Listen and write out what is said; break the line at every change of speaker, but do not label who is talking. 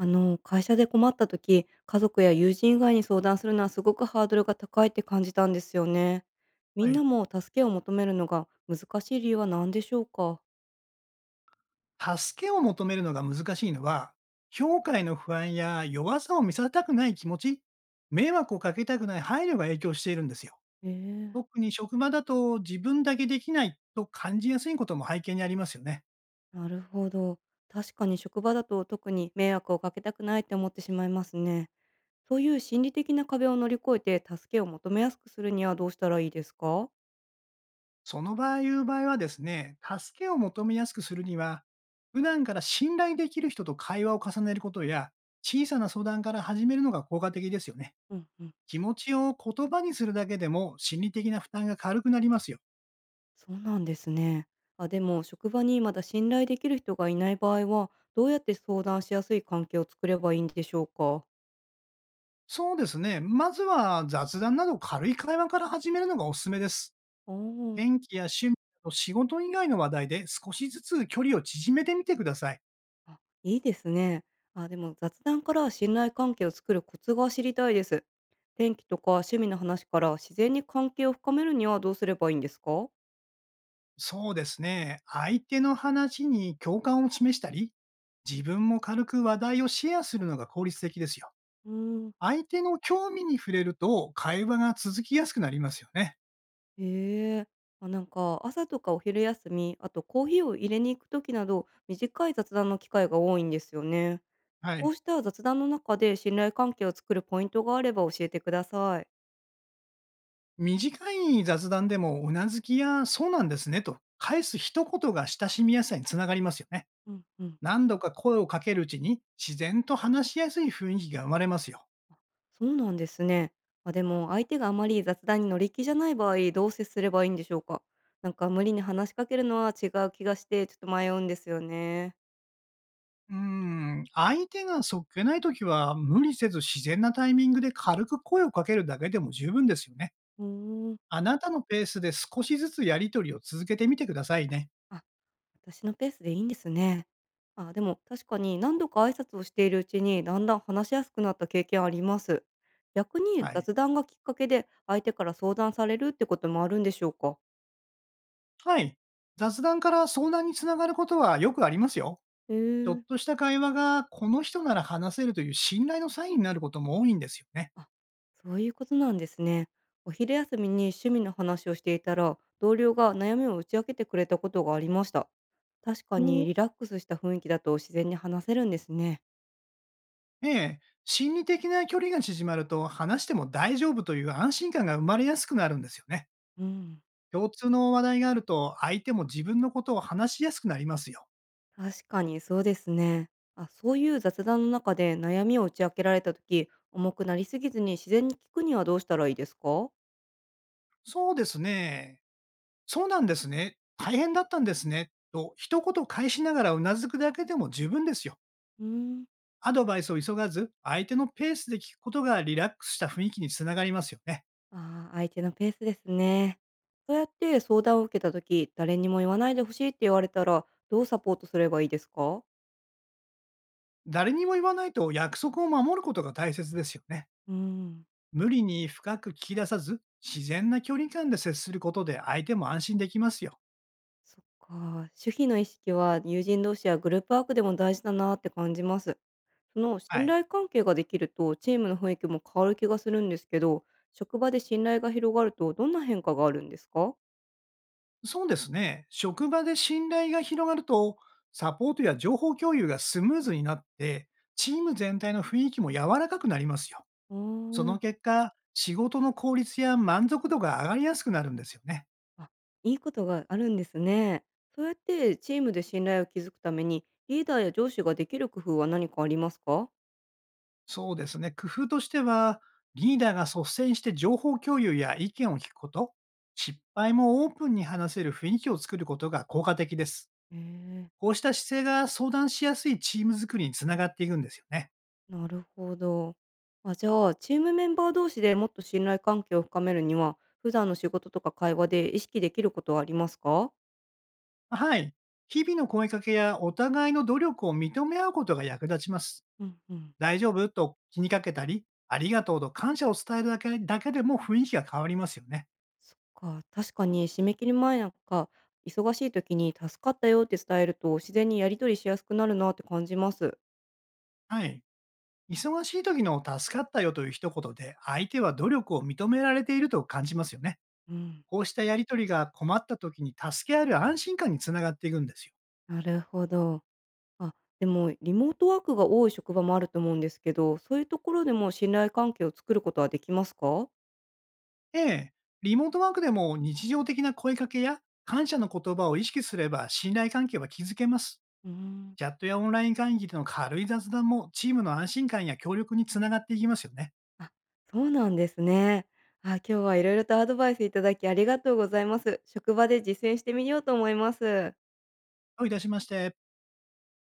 会社で困った時、家族や友人以外に相談するのはすごくハードルが高いって感じたんですよね。み
は
んな
い。
も助けを求めるのが難しい理由は何でしょうか。
助けを求めるのが難しいのは、評価への不安や弱さを見せたくない気持ち、迷惑をかけたくない配慮が影響しているんですよ。
ええ、
特に職場だと自分だけできないと感じやすいことも背景にありますよね。
なるほど。確かに職場だと特に迷惑をかけたくないって思ってしまいますね。そういう心理的な壁を乗り越えて助けを求めやすくするにはどうしたらいいですか。
その場合、いう場合はですね、助けを求めやすくするには、普段から信頼できる人と会話を重ねることや、小さな相談から始めるのが効果的ですよね。
うんうん。
気持ちを言葉にするだけでも心理的な負担が軽くなりますよ。
そうなんですね。あ、でも職場にまだ信頼できる人がいない場合は、どうやって相談しやすい関係を作ればいいんでしょうか。
そうですね。まずは雑談など軽い会話から始めるのがおすすめです。
おー。
天気や趣味など仕事以外の話題で少しずつ距離を縮めてみてください。
あ、いいですね。あ、でも雑談から信頼関係を作るコツが知りたいです。天気とか趣味の話から自然に関係を深めるにはどうすればいいんですか。
そうですね。相手の話に共感を示したり、自分も軽く話題をシェアするのが効率的ですよ。
うん、
相手の興味に触れると会話が続きやすくなりますよね。
へえ。あ、なんか朝とかお昼休み、あとコーヒーを入れに行く時など短い雑談の機会が多いんですよね。
は
こ
い。
うした雑談の中で信頼関係を作るポイントがあれば教えてください。
短い雑談でもうなずきやそうなんですねと返す一言が親しみやすさにつながりますよね。
うんうん。
何度か声をかけるうちに、自然と話しやすい雰囲気が生まれますよ。
そうなんですね。あ、でも相手があまり雑談に乗り気じゃない場合、どう接すればいいんでしょうか？なんか無理に話しかけるのは違う気がして、ちょっと迷うんですよね。
うーん、相手がそっけないときは、無理せず自然なタイミングで軽く声をかけるだけでも十分ですよね。
うーん。
あなたのペースで少しずつやりとりを続けてみてくださいね。
あ、私のペースでいいんですね。あ、でも確かに何度か挨拶をしているうちに、だんだん話しやすくなった経験あります。逆に
はい。
雑談がきっかけで、相手から相談されるってこともあるんでしょうか？
はい。雑談から相談につながることはよくありますよ。
へ
ちょっ
え。
とした会話が、この人なら話せるという信頼のサインになることも多いんですよね。
あ、そういうことなんですね。お昼休みに趣味の話をしていたら、同僚が悩みを打ち明けてくれたことがありました。確かにリラックスした雰囲気だと自然に話せるんですね。
ええ、心理的な距離が縮まると、話しても大丈夫という安心感が生まれやすくなるんですよね。
うん、
共通の話題があると、相手も自分のことを話しやすくなりますよ。
確かにそうですね。あ、そういう雑談の中で悩みを打ち明けられた時、重くなりすぎずに自然に聞くにはどうしたらいいですか。
そうですね。そうなんですね。大変だったんですね。と、一言返しながらうなずくだけでも十分ですよ。
うん、
アドバイスを急がず、相手のペースで聞くことがリラックスした雰囲気につながりますよね。
あー、相手のペースですね。そうやって相談を受けた時、誰にも言わないでほしいって言われたら、どうサポートすればいいですか。
誰にも言わないと約束を守ることが大切ですよね。
うん、
無理に深く聞き出さず、自然な距離感で接することで相手も安心できますよ。
そっか。守秘の意識は友人同士やグループワークでも大事だなって感じます。その
は
信
い。
頼関係ができるとチームの雰囲気も変わる気がするんですけど、職場で信頼が広がるとどんな変化があるんですか？
そうですね。職場で信頼が広がると、サポートや情報共有がスムーズになって、チーム全体の雰囲気も柔らかくなりますよ。
うー
その
ん、
結果、仕事の効率や満足度が上がりやすくなるんですよね。
あ、いいことがあるんですね。そうやってチームで信頼を築くために、リーダーや上司ができる工夫は何かありますか？
そうですね。工夫としては、リーダーが率先して情報共有や意見を聞くこと、失敗もオープンに話せる雰囲気を作ることが効果的です。
へえ。
こうした姿勢が相談しやすいチーム作りにつながっていくんですよね。
なるほど。あ、じゃあ、チームメンバー同士でもっと信頼関係を深めるには、普段の仕事とか会話で意識できることはありますか。
はい。日々の声かけやお互いの努力を認め合うことが役立ちます。
うんうん。
大丈夫と気にかけたり、ありがとうと感謝を伝えるだけだけでも雰囲気が変わりますよね。
そっか。確かに締め切り前なんか、忙しい時に助かったよって伝えると、自然にやり取りしやすくなるなって感じます。
はい。忙しい時の助かったよという一言で相手は努力を認められていると感じますよね。
うん。
こうしたやりとりが困った時に助け合える安心感につながっていくんですよ。
なるほど。あ、でも、リモートワークが多い職場もあると思うんですけど、そういうところでも信頼関係を作ることはできますか。
ええ、リモートワークでも日常的な声かけや感謝の言葉を意識すれば信頼関係は築けます。
うん。
チャットやオンライン会議での軽い雑談もチームの安心感や協力につながっていきますよね。
あ、そうなんですね。あ、今日は色々とアドバイスいただきありがとうございます。職場で実践してみようと思います。
どういたしまして。